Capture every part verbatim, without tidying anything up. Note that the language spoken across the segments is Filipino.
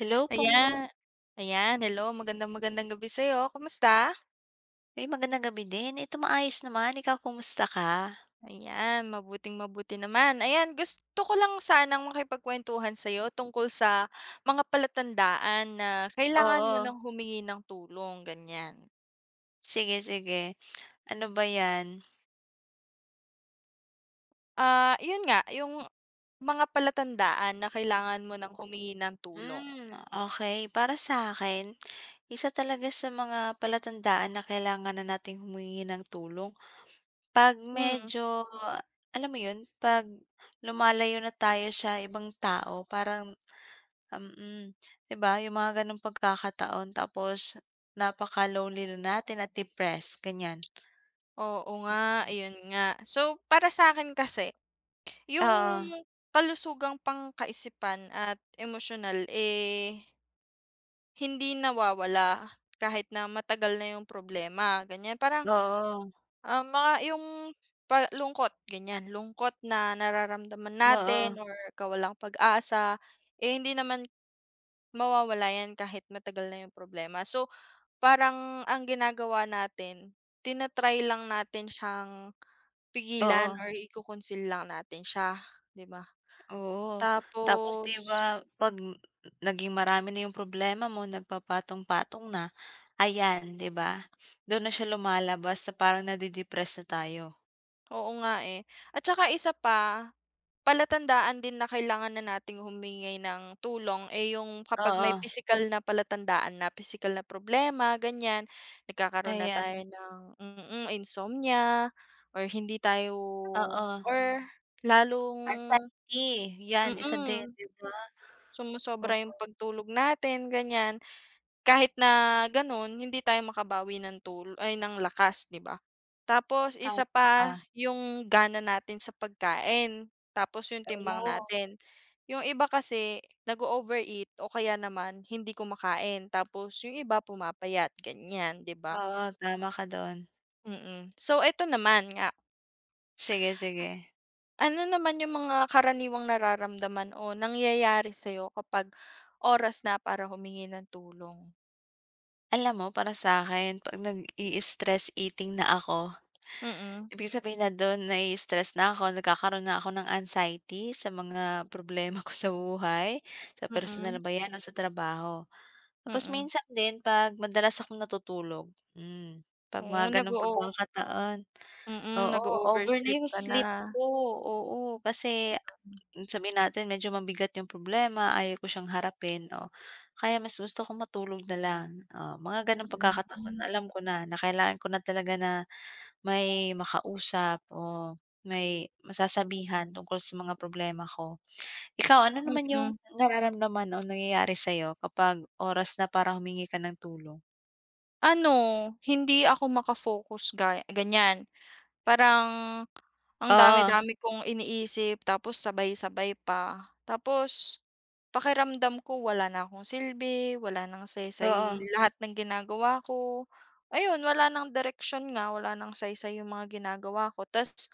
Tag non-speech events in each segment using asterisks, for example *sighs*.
Hello po. Ayan. Ayan, hello, magandang magandang gabi sa'yo, kumusta? Ay, magandang gabi din. Ito maayos naman, ikaw kumusta ka? Ayan, mabuting mabuti naman. Ayan, gusto ko lang sanang makipagkuwentuhan sa'yo tungkol sa mga palatandaan na kailangan mo Oo, ng humingi ng tulong, ganyan. sige, sige. Ano ba 'yan? Ah, yun nga, yung mga palatandaan na kailangan mo ng humingi ng tulong. Hmm, okay. Para sa akin, isa talaga sa mga palatandaan na kailangan na nating humingi ng tulong 'pag Hmm, medyo, alam mo 'yun, 'pag lumalayo na tayo sa ibang tao parang um, mm, 'di ba, yung mga gano'ng pagkakataon tapos napaka-lonely na natin at depressed, ganiyan. oo nga, ayun nga. So, para sa akin kasi yung Oo, kalusugang pangkaisipan at emosyonal, eh, hindi nawawala kahit na matagal na yung problema, ganyan. Parang, oo. ah, mga yung pa lungkot, ganyan. Lungkot na nararamdaman Oo, natin or kawalang pag-asa, eh, hindi naman mawawala yan kahit matagal na yung problema. So, parang ang ginagawa natin, tinatry lang natin siyang oo, pigilan or iko lang natin siya, 'di ba? oo. Tapos 'di Tapos ba 'pag naging marami na yung problema mo, nagpapatong-patong na, ayan 'di ba, dun na siya lumalabas sa parang nade-depress na tayo. oo nga, eh. At saka isa pa, palatandaan din na kailangan na nating humingi ng tulong, eh, yung kapag may Oo, physical na palatandaan na physical na problema, ganyan. Nagkakaroon na tayo ayan, ng mm, mm, insomnia or hindi tayo oo. or lalong Anxiety, 'yan isa din mm, 'di ba? Oo, sumosobra yung pagtulog natin, ganyan. Kahit na gano'n, hindi tayo makabawi ng tul ay ng lakas, 'di ba? Tapos tama isa pa, ka. yung gana natin sa pagkain, tapos yung timbang Oo, natin. Yung iba kasi nag-o-overeat o kaya naman hindi kumakain, tapos yung iba pumapayat, ganyan, 'di ba? oo, tama ka dun. Mm. So eto naman nga, Sige, sige. ano naman yung mga karaniwang nararamdaman o nangyayari sa'yo kapag oras na para humingi ng tulong? Alam mo, para sa akin 'pag nag-i-stress eating na ako, Mm, ibig sabihin na dun nai-stress na ako, nagkakaroon na ako ng anxiety sa mga problema ko sa buhay, sa personal mm, ba yan o sa trabaho. Tapos mm. minsan din 'pag madalas akong natutulog, hmm, 'pag Oo, mga ganong nag-o pagkakataon. Mm, Oo, over na nag-o-oversleep yung ka na. sleep ko, oo. Kasi sabihin natin medyo mabigat yung problema, ayaw ko siyang harapin, oh, kaya mas gusto ko matulog na lang. Oh, mga ganong pagkakataon Mm, alam ko na, na kailangan ko na talaga na may makausap o may masasabihan tungkol sa mga problema ko. Ikaw, ano naman yung mm. nararamdaman o nangyayari sa'yo kapag oras na para humingi ka ng tulong? Ano, hindi ako maka-focus ga ganyan. Parang ang Oo, dami-dami kong iniisip tapos sabay-sabay pa. Tapos pakiramdam ko wala na akong silbi, wala ng oo, saysay lahat ng ginagawa ko. Ayun, wala ng direksyon nga, wala ng saysay yung mga ginagawa ko. Tas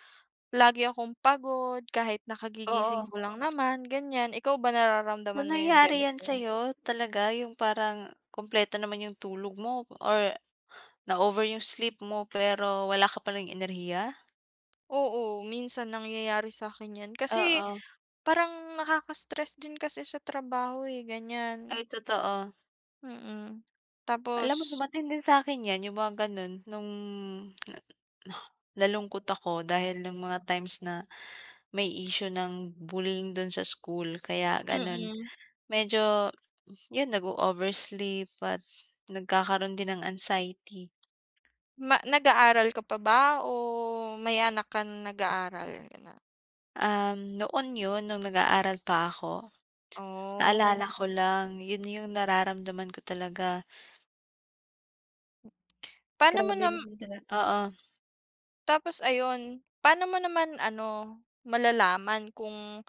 lagi akong pagod kahit na kagigising oo. ko lang naman, ganyan. Ikaw ba So, nararamdaman mo yung nangyari yan ganito? sa'yo talaga yung parang kumpleto naman yung tulog mo or na-over yung sleep mo pero wala ka palang enerhiya? Oo, minsan nangyayari sa'kin 'yan. Kasi Oo, parang nakaka-stress din kasi sa trabaho, eh, ganyan. ay totoo. Mm. Alam mo Tapos dumating din sa akin 'yan, yung mga gano'n nung *sighs* nalungkot ako dahil ng mga times na may issue ng bullying dun sa school kaya gano'n. mm. Medyo yun nag oversleep at nagkakaroon din ng anxiety. Ma nag-aaral ka pa ba o may anak ka na nag-aaral ka na? Um, noon yun nung nag-aaral pa ako, Oh. naalala ko lang yun yung nararamdaman ko talaga. Paano mo Grabe nam naman tala oo, Tapos ayun, paano mo naman ano, malalaman kung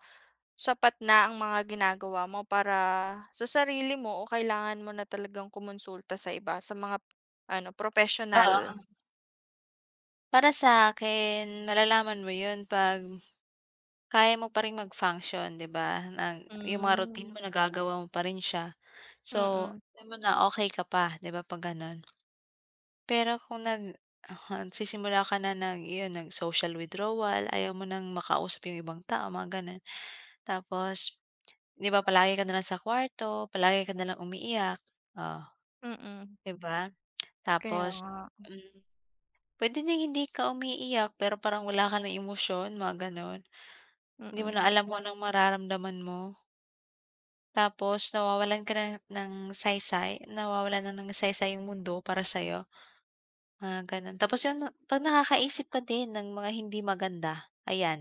sapat na ang mga ginagawa mo para sa sarili mo o kailangan mo na talagang kumonsulta sa iba, sa mga ano, professional? oo. Para sa akin malalaman mo yun 'pag kaya mo pa ring mag-function 'di ba, na yung mga routine Hmm. mo nagagawa mo pa rin siya. So, Mm. alam mo na okey ka pa 'di ba 'pag gano'n. Pero kung nag *laughs* nagsisimula ka na ng iyon nag-social withdrawal, ayaw mo nang makausap yung ibang tao mga gano'n. Tapos 'di ba palagi ka na lang sa kwarto, palagi ka na lang umiiyak, oh Mm. 'di ba? Kaya Tapos, nga. hmm, puwede ding hindi ka umiiyak pero parang wala ka ng emosyon mga gano'n. Hindi mo na Mm. alam kung anong mararamdaman mo. Tapos nawawalan ka na ng saysay, nawawalan na ng saysay yung mundo para sa'yo, mga gano'n. Tapos yun 'pag nakakaisip ka din ng mga hindi maganda, ayan,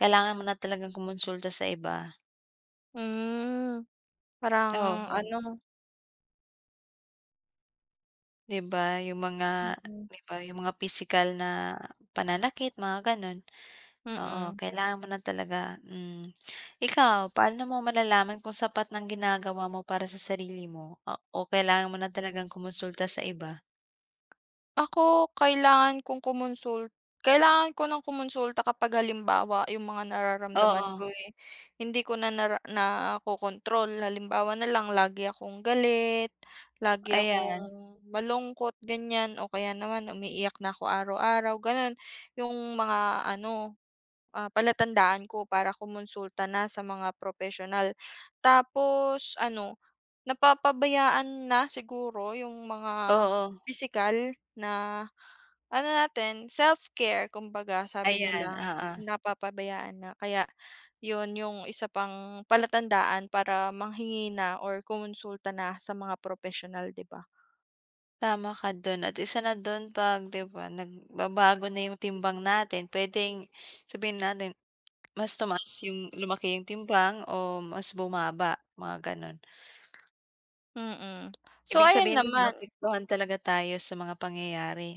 kailangan mo na talagang kumonsulta sa iba. Hmm. Parang Oo, ano 'di ba yung mga mm. 'di ba yung mga physical na pananakit, mga gano'n. Oo, Mm. kailangan mo na talaga, hmm. Ikaw, paano mo malalaman kung sapat ng ginagawa mo para sa sarili mo o o kailangan mo na talagang kumonsulta sa iba? Ako, kailangan kong kumonsul kailangan ko ng kumonsulta kapag halimbawa yung mga nararamdaman Oo, ko, eh, hindi ko na nara nakokontrol. Halimbawa na lang lagi akong galit, lagi akong ayan. malungkot, ganyan o kaya naman umiiyak na ako araw-araw, gano'n. Yung mga ano, ah, palatandaan ko para kumonsulta na sa mga propesyonal. Tapos ano, napapabayaan na siguro yung mga Oo, pisikal. Na ano natin, self-care kumbaga sabi ayan, nila, oo. napapabayaan na kaya yun yung isa pang palatandaan para manghingi na or kumonsulta na sa mga professional, 'di ba? Tama ka dun at isa na dun 'pag 'di ba nagbabago na yung timbang natin, puwedeng sabihin natin mas tumaas yung lumaki yung timbang o mas bumaba, mga gano'n. Mm. So Ibig ayun sabihin din naman naapektuhan talaga tayo sa mga pangyayari.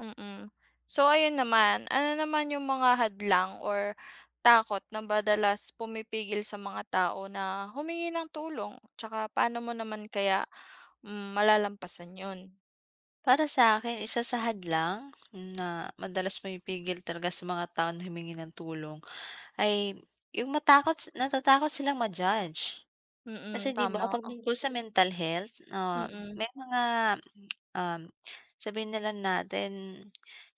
mm. So ayun naman, ano naman yung mga hadlang or takot na madalas pumipigil sa mga tao na humingi ng tulong? Tsaka paano mo naman kaya, hmm, malalampasan yun? Para sa'kin isa sa hadlang na madalas pumipigil talaga sa mga tao na humingi ng tulong ay yung matakot natatakot silang ma-judge. Kasi Mm, 'di ba, tama, 'pag tungkol sa mental health, ah, mm, may mga, um, sabihin na lang natin,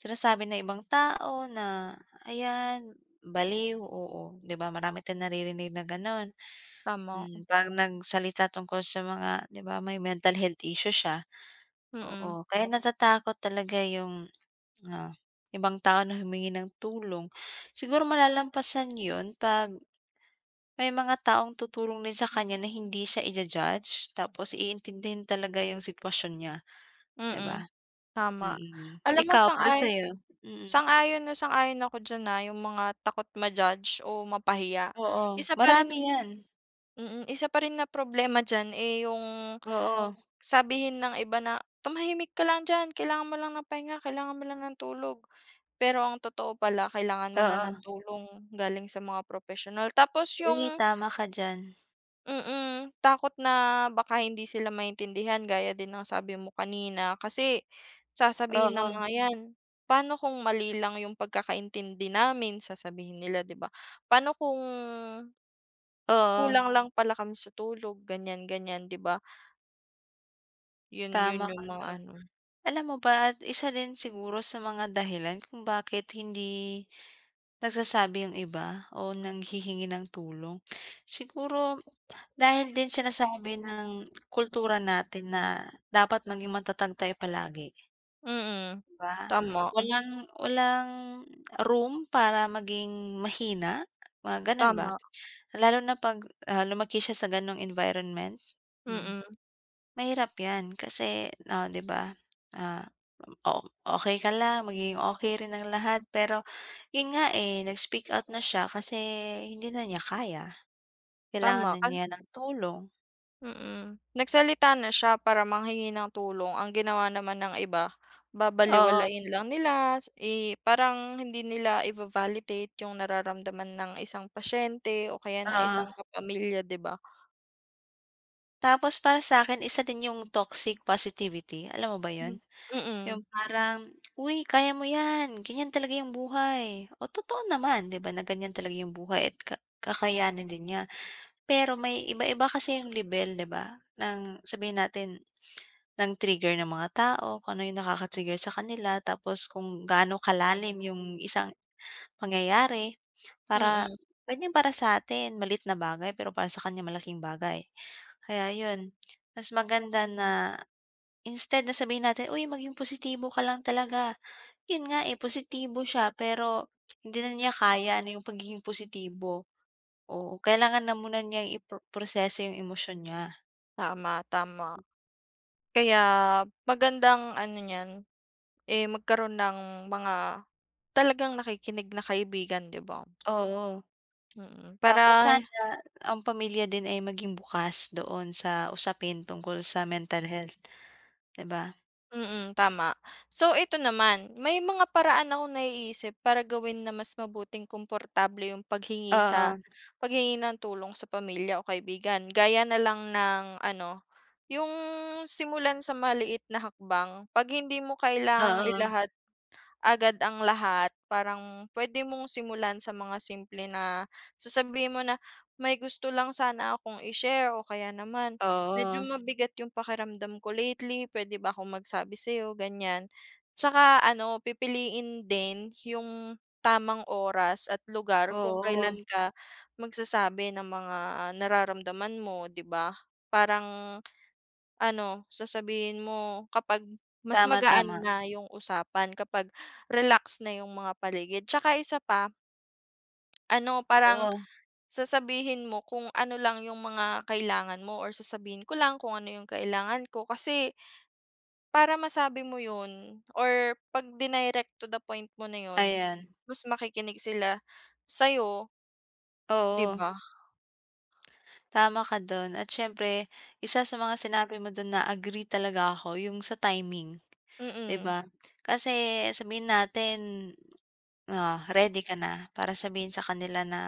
sinasabi ng ibang tao na, "Ayan, baliw." Oo, 'di ba, marami tayong naririnig na gano'n. tama. Hmm, 'pag nagsalita tungkol sa mga 'di ba, may mental health issue siya, Mm, oo. Kaya natatakot talaga yung, ah, ibang tao na humingi ng tulong. Siguro malalampasan 'yun 'pag may mga taong tutulong din sa kanya na hindi siya ija-judge, tapos iintindihin talaga yung sitwasyon niya, 'di ba? mm, tama. Mm. Alam mo, Ikaw, para sang-ay sa'yo? Mm. sang-ayon na sang-ayon ako diyan, ah, yung mga takot ma-judge o mapahiya. Oo, Isa pa rin marami 'yan. Mm, isa pa rin na problema diyan, eh, yung Oo, sabihin ng iba na, "Tumahimik ka lang diyan, kailangan mo lang ng pahinga, kailangan mo lang ng tulog." Pero ang totoo pala, kailangan mo na oo. ng tulong galing sa mga propesyonal. Tapos Uy, yung tama ka diyan. Mm, takot na baka hindi sila maintindihan gaya din ng sabi mo kanina kasi sasabihin ng Oo, mga 'yan, "Paano kung mali lang yung pagkakaintindi namin?" Sasabihin nila, 'di ba? "Paano kung oo, kulang lang pala kami sa tulog?" Ganyan, ganyan, 'di ba? Yun tama yun yung ka mga do'n. ano. Alam mo ba, at isa din siguro sa mga dahilan kung bakit hindi nagsasabi yung iba o nanghihingi ng tulong, siguro dahil din sinasabi ng kultura natin na dapat maging matatag tayo palagi, Mm, 'di ba? tama, Walang walang room para maging mahina, mga gano'n ba? tama, Lalo na 'pag, ah, lumaki siya sa gano'ng environment, hmm, mm, mahirap 'yan kasi, oh, 'di ba, ah, o okey ka lang, magiging okey rin ang lahat pero 'yun nga, eh, nag-speak out na siya kasi hindi na niya kaya. Kailangan tama. na niya ng tulong. Mm. Nagsalita na siya para manghingi ng tulong, ang ginawa naman ng iba, Oo. babalewalain lang nila, s- eh, parang hindi nila iva-validate yung nararamdaman ng isang pasyente o kaya ng Oo, isang kapamilya, 'di ba? tapos para sa akin, isa din yung toxic positivity, alam mo ba yun? Mm, Yung mm, parang, "Uy kaya mo yan, ganyan talaga yung buhay." O totoo naman 'di ba na ganyan talaga yung buhay at ka kakayanin din niya. Pero may iba-iba kasi yung lebel 'di ba ng sabihin natin ng trigger ng mga tao, kung ano yung nakaka-trigger sa kanila, tapos kung gaano kalalim yung isang pangyayari para mm. puwedeng para sa atin malit na bagay pero para sa kanya malaking bagay. Kaya yun, mas maganda na instead na sabihin natin, "Uy, maging positibo ka lang talaga." Yun nga, eh, positibo siya pero hindi na niya kaya na yung pagiging positibo. Oo, kailangan na muna niyang ipro proseso yung emosyon niya. Tama, tama. Kaya magandang ano niyan, eh, magkaroon ng mga talagang nakikinig na kaibigan, 'di ba? Oo, Mm, tapos para sana ang pamilya din ay maging bukas doon sa usapin tungkol sa mental health, 'di ba? mm, tama. So ito naman, may mga paraan akong naiisip para gawin na mas mabuting komportable yung paghingi sa Oo, paghingi ng tulong sa pamilya o kaibigan. Gaya na lang ng ano, yung simulan sa maliit na hakbang. 'Pag hindi mo kailangang oo, ilahad agad ang lahat. Parang pwede mong simulan sa mga simple na sasabihin mo na, "May gusto lang sana akong i-share o kaya naman medyo oo, mabigat yung pakiramdam ko lately, pwede ba akong magsabi sa'yo?" Ganyan. Tsaka ano, pipiliin din yung tamang oras at lugar kung oo, kailan ka magsasabi ng mga nararamdaman mo, 'di ba? Parang ano, sasabihin mo kapag mas tama, magaan tama, na yung usapan kapag relax na yung mga paligid. Tsaka isa pa, ano, parang oo, sasabihin mo kung ano lang yung mga kailangan mo or sasabihin ko lang kung ano yung kailangan ko. Kasi para masabi mo yun or 'pag dinirect to the point mo na yun, ayan, mas makikinig sila sa'yo, 'di oo. ba? Tama ka dun at siyempre isa sa mga sinabi mo dun na agree talaga ako yung sa timing, 'di Mm, ba? Kasi sabihin natin, ah, ready ka na para sabihin sa kanila na,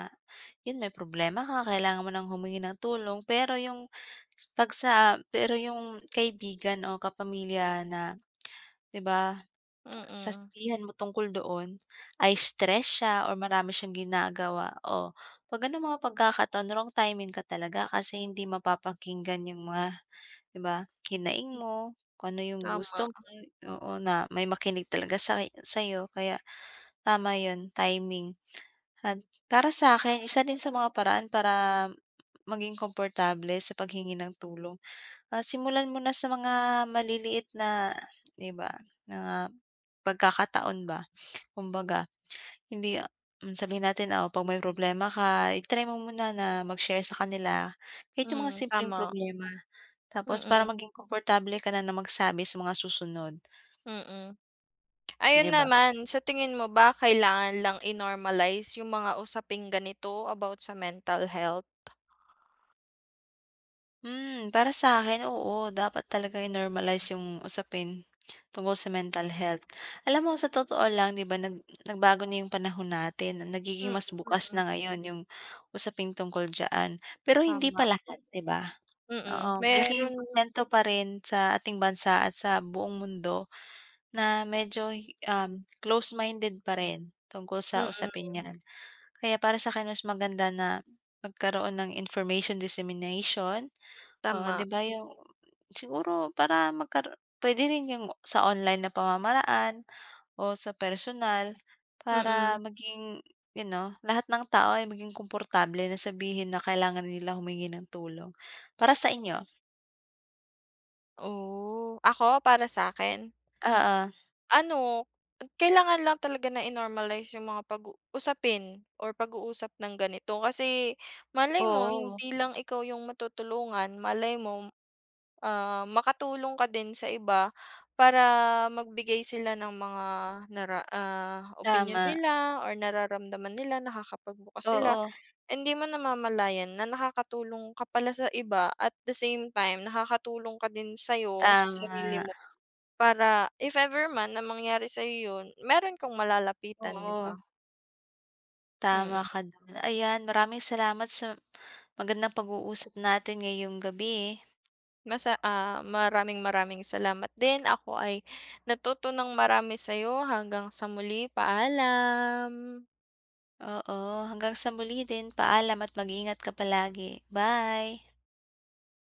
yun may problema ka, kailangan mo ng humingi ng tulong, pero yung 'pag sa pero yung kaibigan o kapamilya na, 'di ba? mm, Sasabihan mo tungkol doon ay stress siya or marami siyang ginagawa, o 'pag gano'ng mga pagkakataon wrong timing ka talaga kasi hindi mapapakinggan yung mga 'di ba, hinaing mo, kung ano yung tama. gusto mo, oo, na may makinig talaga sa sa'yo kaya tama yun, timing. At para sa akin isa din sa mga paraan para maging komportable sa paghingi ng tulong, ah, simulan mo na sa mga maliliit na 'di ba, mga pagkakataon ba. Kumbaga, hindi hmm, sabihin natin, ah, 'pag may problema ka, i-try mo muna na mag-share sa kanila kahit yung mga Hmm, simpleng tama. problema. Tapos para Mm, maging komportable ka na na magsabi sa mga susunod, mm. Ayun 'di ba? naman, sa tingin mo ba kailangan lang i-normalize yung mga usaping ganito about sa mental health? Hmm, para sa akin oo, dapat talaga i-normalize yung usapin tungkol sa mental health. Alam mo sa totoo lang, 'di ba, nag nagbago na yung panahon natin, nagiging Hmm, mas bukas na mm, ngayon yung usapin tungkol diyan, pero hindi tama, pa lahat, 'di ba? mm. Oo, malaking Meron porsyento pa rin sa ating bansa at sa buong mundo na medyo, um, close-minded pa rin tungkol sa mm, usaping 'yan. Kaya para sa'kin mas maganda na magkaroon ng information dissemination, oo, 'di tama, ba, yung siguro para magkaro puwede rin yung sa online na pamamaraan o sa personal mm. para maging, you know, lahat ng tao ay maging komportable na sabihin na kailangan nila humingi ng tulong. Para sa inyo? Oh, ako para sa'kin, Oo. ano, kailangan lang talaga na i-normalize yung mga pag-u usapin or pag-uusap ng ganito kasi malay mo Oo, hindi lang ikaw yung matutulungan, malay mo, ah, makatulong ka din sa iba para magbigay sila ng mga nara ah, opinyon tama. nila or nararamdaman nila, nakakapagbukas sila. Oo, Hindi mo namamalayan na nakakatulong ka pala sa iba at the same time nakakatulong ka din sa'yo, sa sarili tama. mo para if ever man na mangyari sa'yo yun, meron kang malalapitan, 'di ba? Oo, tama Mm. ka dun. Ayan, maraming salamat sa magandang pag-uusap natin ngayong gabi. Masa ah, maraming maraming salamat din. Ako ay natuto ng marami sa'yo. Hanggang sa muli, paalam. Oo, hanggang sa muli din. Paalam at mag-ingat ka palagi. Bye.